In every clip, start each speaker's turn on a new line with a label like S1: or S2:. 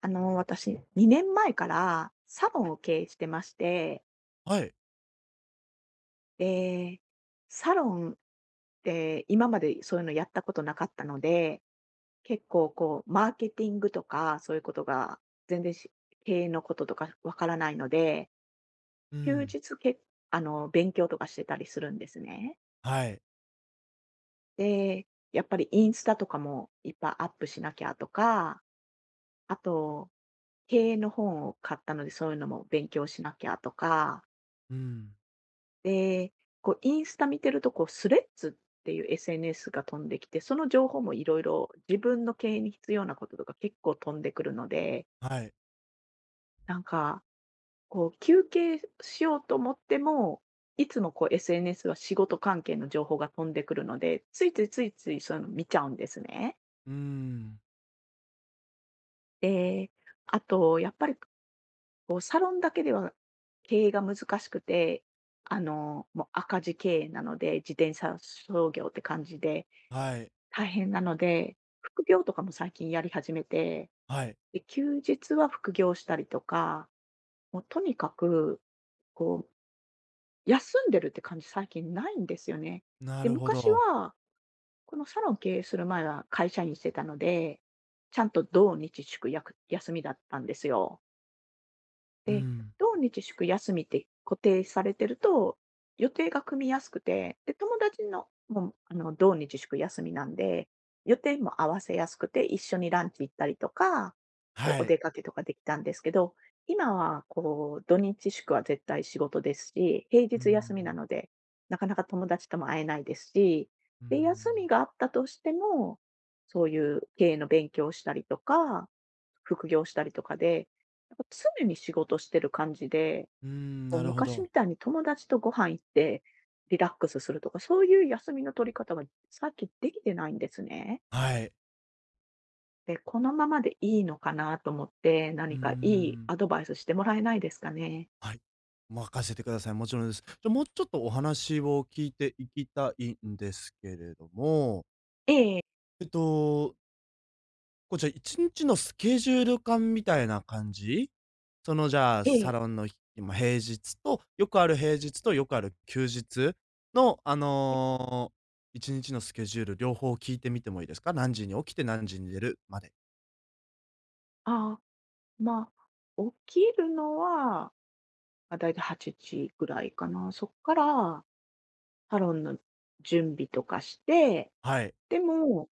S1: 私、2年前からサロンを経営してまして、
S2: はい。
S1: で、サロンって今までそういうのやったことなかったので、結構こう、マーケティングとか、そういうことが全然し経営のこととかわからないので、
S2: う
S1: 休
S2: ん。
S1: 日けあの、勉強とかしてたりするんですね。
S2: はい。
S1: で、やっぱりインスタとかもいっぱいアップしなきゃとか、あと、経営の本を買ったので、そういうのも勉強しなきゃとか
S2: うん。
S1: で、こうインスタ見てると、こうスレッズっていう SNS が飛んできて、その情報もいろいろ自分の経営に必要なこととか結構飛んでくるので、
S2: はい。
S1: なんか、こう休憩しようと思っても、いつもこう SNS は仕事関係の情報が飛んでくるので、ついついついついそういうの見ちゃうんですね。
S2: うーん。
S1: で、あと、やっぱり布団だけでは経営が難しくて、もう赤字経営なので、自転車操業って感じで、
S2: はい。
S1: 大変なので、副業とかも最近やり始めて、
S2: はい。
S1: で、休日は副業したりとか、もうとにかく、こう、休んでるって感じ最近ないんですよね。
S2: な
S1: で、
S2: るほ
S1: 昔
S2: ど。
S1: は、このサロン経営する前は会社員してたので、ちゃんと土日祝休みだったんですよ。
S2: う
S1: で、
S2: ん。
S1: 土日祝休みって固定されてると、予定が組みやすくて、で、友達の、もう、土日祝休みなんで、予定も合わせやすくて、一緒にランチ行ったりとか、こ
S2: は
S1: う、お
S2: い。
S1: 出かけとかできたんですけど、今は、こう、土日祝は絶対仕事ですし、平
S2: うー
S1: 日休みな
S2: ん。
S1: ので、なかなか友達とも会えないですし、
S2: うー
S1: で、休み
S2: ん。
S1: があったとしても、そういう経営の勉強をしたりとか、副業したりとかで、なんか常に仕事してる感じで、
S2: うーん、
S1: こう
S2: なるほ
S1: 昔み
S2: ど。
S1: たいに友達とご飯行ってリラックスするとか、そういう休みの取り方がさっきできてないんですね。
S2: はい。
S1: で、このままでいいのかなと思って、
S2: うー
S1: 何かいい
S2: ん。
S1: アドバイスしてもらえないですかね。
S2: はい。任せてください。もちろんです。じゃ、もうちょっとお話を聞いていきたいんですけれども、
S1: ええ。
S2: えっとこう、じゃあ、1日のスケジュール感みたいな感じ？その、じゃあ、
S1: え
S2: サ
S1: え。
S2: ロンのひま、平日と、よくある平日とよくある休日の、1日のスケジュール両方聞いてみてもいいですか？何時に起きて何時に寝るまで。
S1: ああ、まあ、起きるのは、まあ、だいたい8時ぐらいかな。そこからサロンの準備とかして、
S2: はい、
S1: でも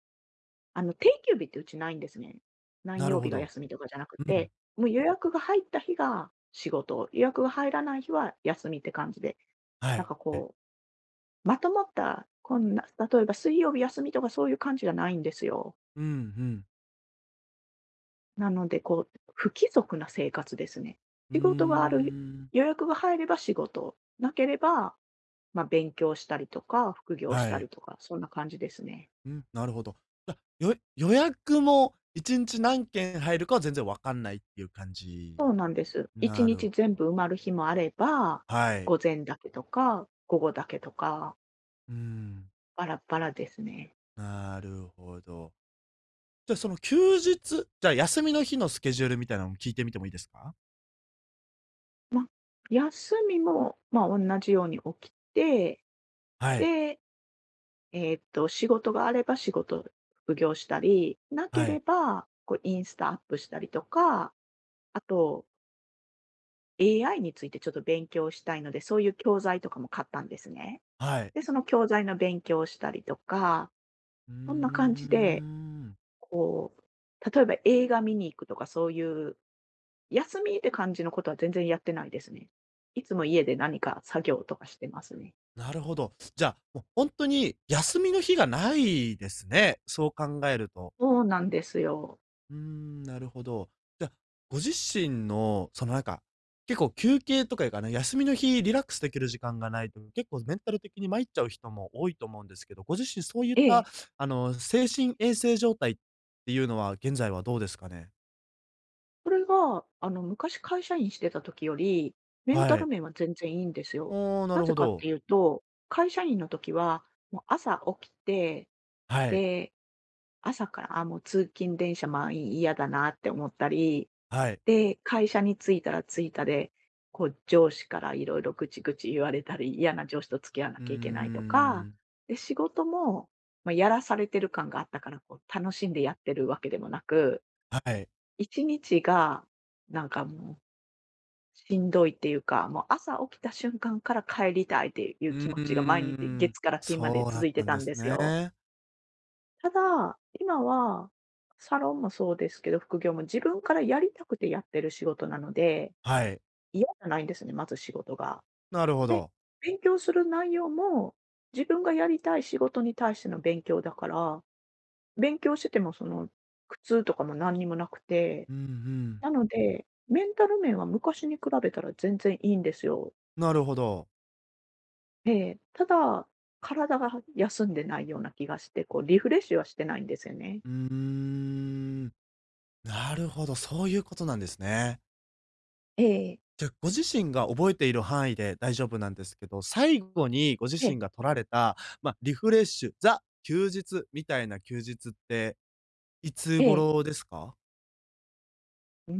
S1: 定休日ってうちないんですね。何
S2: なる
S1: 曜日
S2: ほ
S1: が
S2: ど。
S1: 休みとかじゃなく
S2: う
S1: て、
S2: ん、
S1: もう予約が入った日が仕事、予約が入らない日は休みって感じで、
S2: は
S1: なん
S2: い。
S1: かこう、まとまった、こんな、例えば水曜日休みとかそういう感じじゃないんですよ。
S2: うん、ふん。
S1: なので、こう、不規則な生活ですね。
S2: うー
S1: 仕事がある、
S2: ん。
S1: 予約が入れば仕事、なければ、まあ、勉強したりとか、副業し
S2: は
S1: たり
S2: い。
S1: とか、そんな感じですね。
S2: うん、なるほど。じゃ、予約も1日何件入るかは全然わかんないっていう感
S1: そうなんで
S2: じ。
S1: す。1
S2: なる
S1: 日全
S2: ほ
S1: 部埋まる日
S2: ど。
S1: もあれば、
S2: はい。
S1: 午前だけとか、午後だけとか、
S2: うん。
S1: バラバラですね。
S2: なるほど。じゃ、その休日じゃあ、休みの日のスケジュールみたいなのも聞いてみてもいいですか？
S1: ま、休みも、ま、同じように起きて、
S2: はい、
S1: で、仕事があれば仕事副業したり、なけ
S2: は
S1: れ
S2: い、
S1: ば、こう、インスタアップしたりとか、あと、AI についてちょっと勉強したいので、そういう教材とかも買ったんですね。
S2: はい。
S1: で、その教材の勉強をしたりとか、
S2: うー
S1: そんな感じで
S2: ん。
S1: こう、例えば映画見に行くとかそういう、休みって感じのことは全然やってないですね。いつも家で何か作業とかしてますね。
S2: なるほど。じゃあ、もう本当に休みの日がないですね、そう考えると。
S1: そうなんですよ。
S2: うーん、なるほど。じゃあ、ご自身の、なんか、結構休憩とかいうかね、休みの日リラックスできる時間がないと、結構メンタル的に参っちゃう人も多いと思うんですけど、ご自身そういっ
S1: え
S2: た、
S1: え。
S2: 精神衛生状態っていうのは、現在はどうですかね？
S1: これが、昔会社員してた時より、メンタ
S2: は
S1: ル
S2: い。
S1: 面は全然いいんですよ。
S2: おお、な
S1: な
S2: る
S1: ぜ
S2: ほ
S1: かって
S2: ど。
S1: いうと、会社員の時は、もう朝起きて、
S2: はい、
S1: で、朝から、あ、もう通勤電車満員嫌だなって思ったり、
S2: はい。
S1: で、会社に着いたら着いたで、こう上司からいろいろぐちぐち言われたり、嫌な上司と付き合わな
S2: うー
S1: きゃいけないとか、
S2: ん、
S1: で、仕事も、まあ、やらされてる感があったから、こう楽しんでやってるわけでもなく、
S2: はい。
S1: 1日がなんかもうしんどいっていうか、もう朝起きた瞬間から帰りたいってい
S2: う
S1: う気持ちが毎
S2: ー
S1: 日
S2: ん、
S1: 月から金まで
S2: そうだ
S1: 続
S2: っ
S1: いて
S2: たん
S1: た
S2: で
S1: ん
S2: す
S1: ですよ。
S2: ね。
S1: ただ、今はサロンもそうですけど、副業も自分からやりたくてやってる仕事なので
S2: はい、
S1: 嫌じゃないんですね、まず仕事が。
S2: なるほ
S1: で、
S2: ど。
S1: 勉強する内容も、自分がやりたい仕事に対しての勉強だから、勉強しててもその、苦痛とかも何にもなくて、
S2: うんうん、
S1: なので、メンタル面は昔に比べたら全然いいんですよ。
S2: なるほど。
S1: ええ、ただ、体が休んでないような気がして、こうリフレッシュはしてないんですよね。
S2: うーん。なるほど、そういうことなんですね。
S1: ええ。
S2: じゃ、ご自身が覚えている範囲で大丈夫なんですけど、最後にご自
S1: ええ。
S2: 身が取られた、まあ、リフレッシュ、ザ休日みたいな休日って、いつ
S1: ええ。
S2: 頃ですか？
S1: うー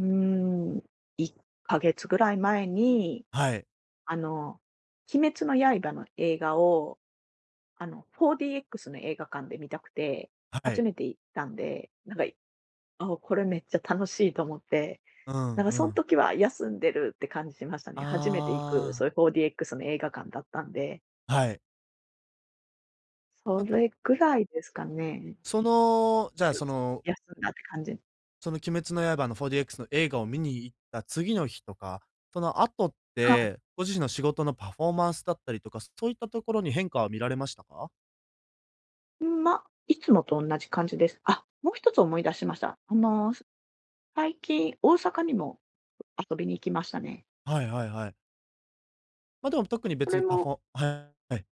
S1: ん、1ヶ月ぐらい前に、
S2: はい、
S1: あの、鬼滅の刃の映画を4DX の映画館で見たくて、
S2: は
S1: 初
S2: い。
S1: めて行ったんで、なんか、あ、これめっちゃ楽しいと思って、
S2: う
S1: なん
S2: ん
S1: か
S2: う
S1: その
S2: ん。
S1: 時は休んでるって感じしましたね。初めて行く、そ
S2: あ
S1: ういう 4DX の映画館だったんで、
S2: あ、はい。
S1: そ
S2: なんか、
S1: れぐらいですかね。
S2: その、じゃあ、
S1: や
S2: そ
S1: す
S2: の
S1: 休んだって感じ。
S2: その鬼滅の刃の 4DX の映画を見に行った次の日とか、その後っ
S1: は
S2: て、ご自身の仕事のパフォーマンスだったりとか、そういったところに変化は見られましたか？
S1: い。ま、いつもと同じ感じです。あ、もう一つ思い出しました。最近大阪にも遊びに行きましたね。
S2: はいはいはい。ま、あでも特に
S1: そ
S2: 別
S1: れ
S2: にパフ
S1: も
S2: ォはい、はい、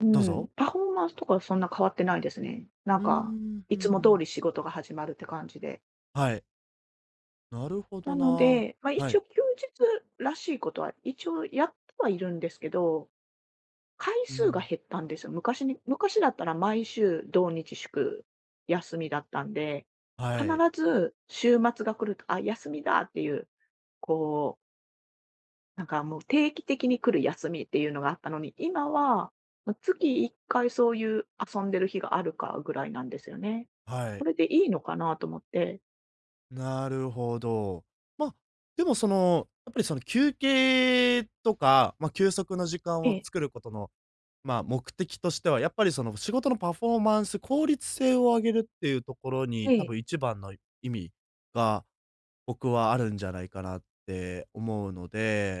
S1: う
S2: どう
S1: ん、
S2: ぞ。
S1: パフォーマンスとかはそんな変わってないですね。なん
S2: うー
S1: か、
S2: ん、ふ
S1: いつ
S2: ん
S1: も
S2: ふ
S1: 通
S2: ん。
S1: り仕事が始まるって感じで。
S2: はい、なるほ
S1: な
S2: ど
S1: の
S2: な。
S1: で、まあ、
S2: は
S1: 一
S2: い。
S1: 応休日らしいことは一応やってはいるんですけど、回
S2: う
S1: 数が
S2: ん、
S1: 減ったんですよ。昔だったら毎週土日祝休みだったんで、
S2: は
S1: 必
S2: い、
S1: ず週末が来ると、あ、休みだっていう、こうなんかもう定期的に来る休みっていうのがあったのに、今は、ま、月1回そういう遊んでる日があるかぐらいなんですよね。
S2: は
S1: こ
S2: い、
S1: れでいいのかなと思って。
S2: なるほど。ま、あでもその、やっぱりその休憩とか、ま、休息の時間
S1: え
S2: を
S1: え。
S2: 作ることの、ま、目的としては、やっぱりその仕事のパフォーマンス、効率性を上げるっていうところに、
S1: え
S2: 多
S1: え。
S2: 分一番の意味が僕はあるんじゃないかなって思うの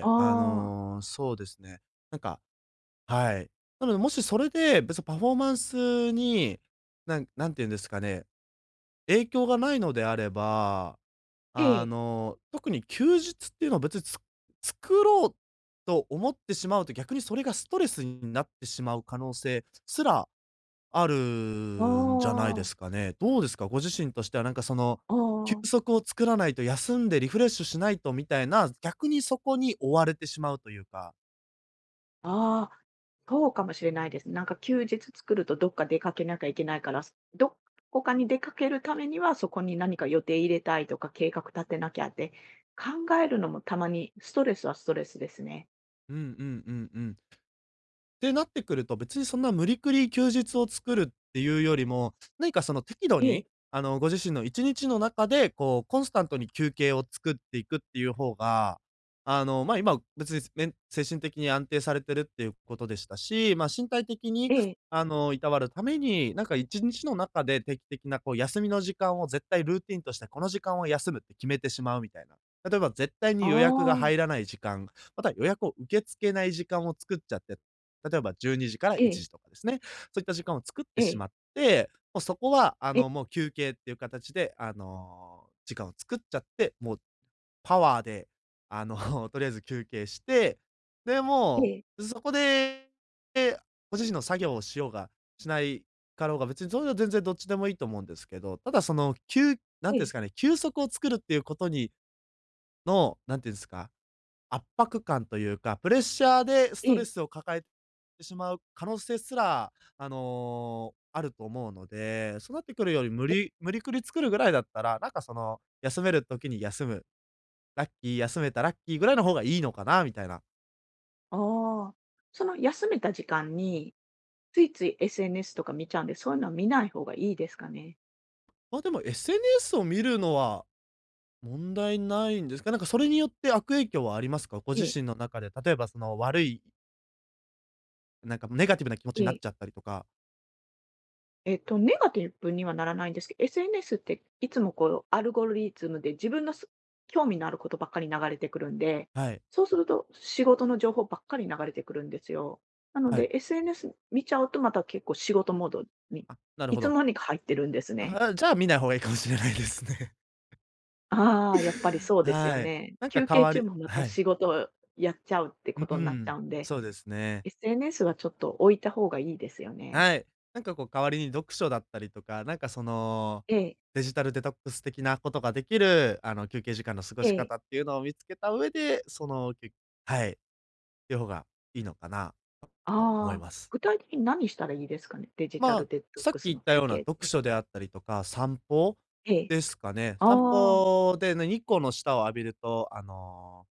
S1: ああ。
S2: そうですね。なんかはい。なので、もしそれで、別にパフォーマンスに、なんて言うんですかね、影響がないのであれば、
S1: ええ。
S2: 特に休日っていうのは別に作ろうと思ってしまうと、逆にそれがストレスになってしまう可能性すらある
S1: あ
S2: んじゃないで
S1: あ。
S2: すかね。どうですか？ご自身としてはなんか
S1: あ
S2: 休
S1: あ。
S2: 息を作らないと、休んでリフレッシュしないとみたいな、逆にそこに追われてしまうというか。
S1: ああ、そうかもしれないですね。なんか休日作るとどっか出かけなきゃいけないから、どこかに出かけるためには、そこに何か予定入れたいとか計画立てなきゃって、考えるのもたまにストレスはストレスですね。
S2: うんうんうんうん。ってなってくると、別にそんな無理くり休日を作るっていうよりも、何かその適度
S1: え
S2: に、
S1: え。
S2: ご自身の1日の中で、こう、コンスタントに休憩を作っていくっていう方が、まあ、今、別に、精神的に安定されてるっていうことでしたし、まあ、身体的に、
S1: ええ。
S2: いたわるために、なんか1日の中で定期的なこう休みの時間を絶対ルーティンとして、この時間は休むって決めてしまうみたいな。例えば絶対
S1: あ
S2: に予約が
S1: あ。
S2: 入らない時間、また予約を受け付けない時間を作っちゃって例えば12時から
S1: え
S2: 1
S1: え。
S2: 時とかですね。そういった時間を作っ
S1: え
S2: てし
S1: え。
S2: まって、もうそこは、
S1: ええ。
S2: もう休憩っていう形で、時間を作っちゃって、もうパワーで、あの、とりあえず休憩して、で、
S1: え
S2: も
S1: え。
S2: う、そこで、でご自身の作業をしようが、しないかろうが、別にそれは全然どっちでもいいと思うんですけど、ただな
S1: え
S2: んていうんで
S1: え。
S2: すかね、休息を作るっていうことにの、なんていうんですか、圧迫感というか、プレッシャーでス
S1: え
S2: トレ
S1: え。
S2: スを抱えてしまう可能性すら、あると思うので、そうなってくるより無理くり作るぐらいだったら、なんか休める時に休む、ラッキー、休めたラッキーぐらいの方がいいのかなみたいな。
S1: ああ、その休めた時間に、ついつい SNS とか見ちゃうんで、そういうのは見ない方がいいですかね？
S2: ま、でも SNS を見るのは問題ないんですか？なんかそれによって悪影響はありますか？ご
S1: え
S2: 自
S1: え。
S2: 身の中で、例えばその悪い、なんかネガティブな気持ち
S1: え
S2: になっ
S1: え。
S2: ちゃったりとか。
S1: ネガティブにはならないんですけど SNS っていつもこう、アルゴリズムで自分の興味のあることばっかり流れてくるんで、
S2: はい、
S1: そうすると仕事の情報ばっかり流れてくるんですよ。なの
S2: はい。
S1: で、SNS 見ちゃうとまた結構仕事モードに
S2: あ、なる
S1: い
S2: ほ
S1: つの
S2: ど。
S1: 間にか入ってるんですね。
S2: あ、じゃあ見ない方がいいかもしれないですね。
S1: ああ、やっぱり そうですよ
S2: はい。
S1: ね。
S2: なんか
S1: 休
S2: 代
S1: 憩
S2: わ
S1: 中
S2: り
S1: も また
S2: はい。
S1: 仕事をやっちゃうって
S2: う
S1: ことになっちゃ
S2: ん、
S1: うんで、
S2: そうですね。
S1: SNS はちょっと置いた方がいいですよね。
S2: はい。なんかこう代わりに読書だったりとか、なんか
S1: ええ。
S2: デジタルデトックス的なことができる、休憩時間の過ご
S1: え
S2: し
S1: え。
S2: 方っていうのを見つけた上で、はい、っていう方がいいのかなと思い
S1: ああ、
S2: ます。
S1: 具体的に何したらいいですかね？デジタ
S2: ま
S1: ル
S2: あ、
S1: デトッ
S2: さっ
S1: ク
S2: き
S1: ス
S2: 言っ
S1: の
S2: た
S1: 休
S2: ような
S1: 憩っ
S2: 読
S1: て。
S2: 書であったりとか、散歩
S1: え
S2: ですかね。
S1: え。
S2: 散
S1: ああ。
S2: 歩でね、日光の下を浴びると、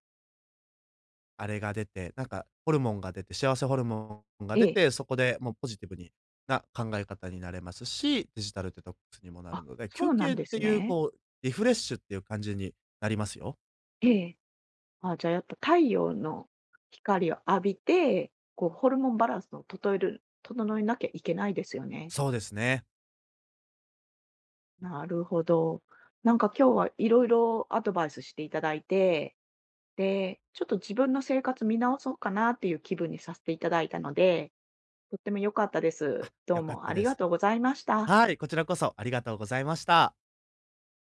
S2: あれが出て、なんかホルモンが出て、幸せホルモンが
S1: え
S2: 出
S1: え。
S2: て、そこでもうポジティブにな考え方になれますし、デジタルデトックスにもなる
S1: あ、
S2: ので、
S1: そ
S2: 休
S1: うなん
S2: 憩っ
S1: で
S2: て
S1: す
S2: いう
S1: ね。
S2: こう、リフレッシュっていう感じになりますよ。
S1: ええ。あ、じゃあやっぱ太陽の光を浴びて、こうホルモンバランスを整えなきゃいけないですよね。
S2: そうですね。
S1: なるほど。なんか今日はいろいろアドバイスしていただいて、で、ちょっと自分の生活見直そうかなっていう気分にさせていただいたので、とっても良かったです。どう
S2: 良かっ
S1: も
S2: た
S1: あり
S2: で
S1: が
S2: す。
S1: とうございました。
S2: はい、こちらこそありがとうございました。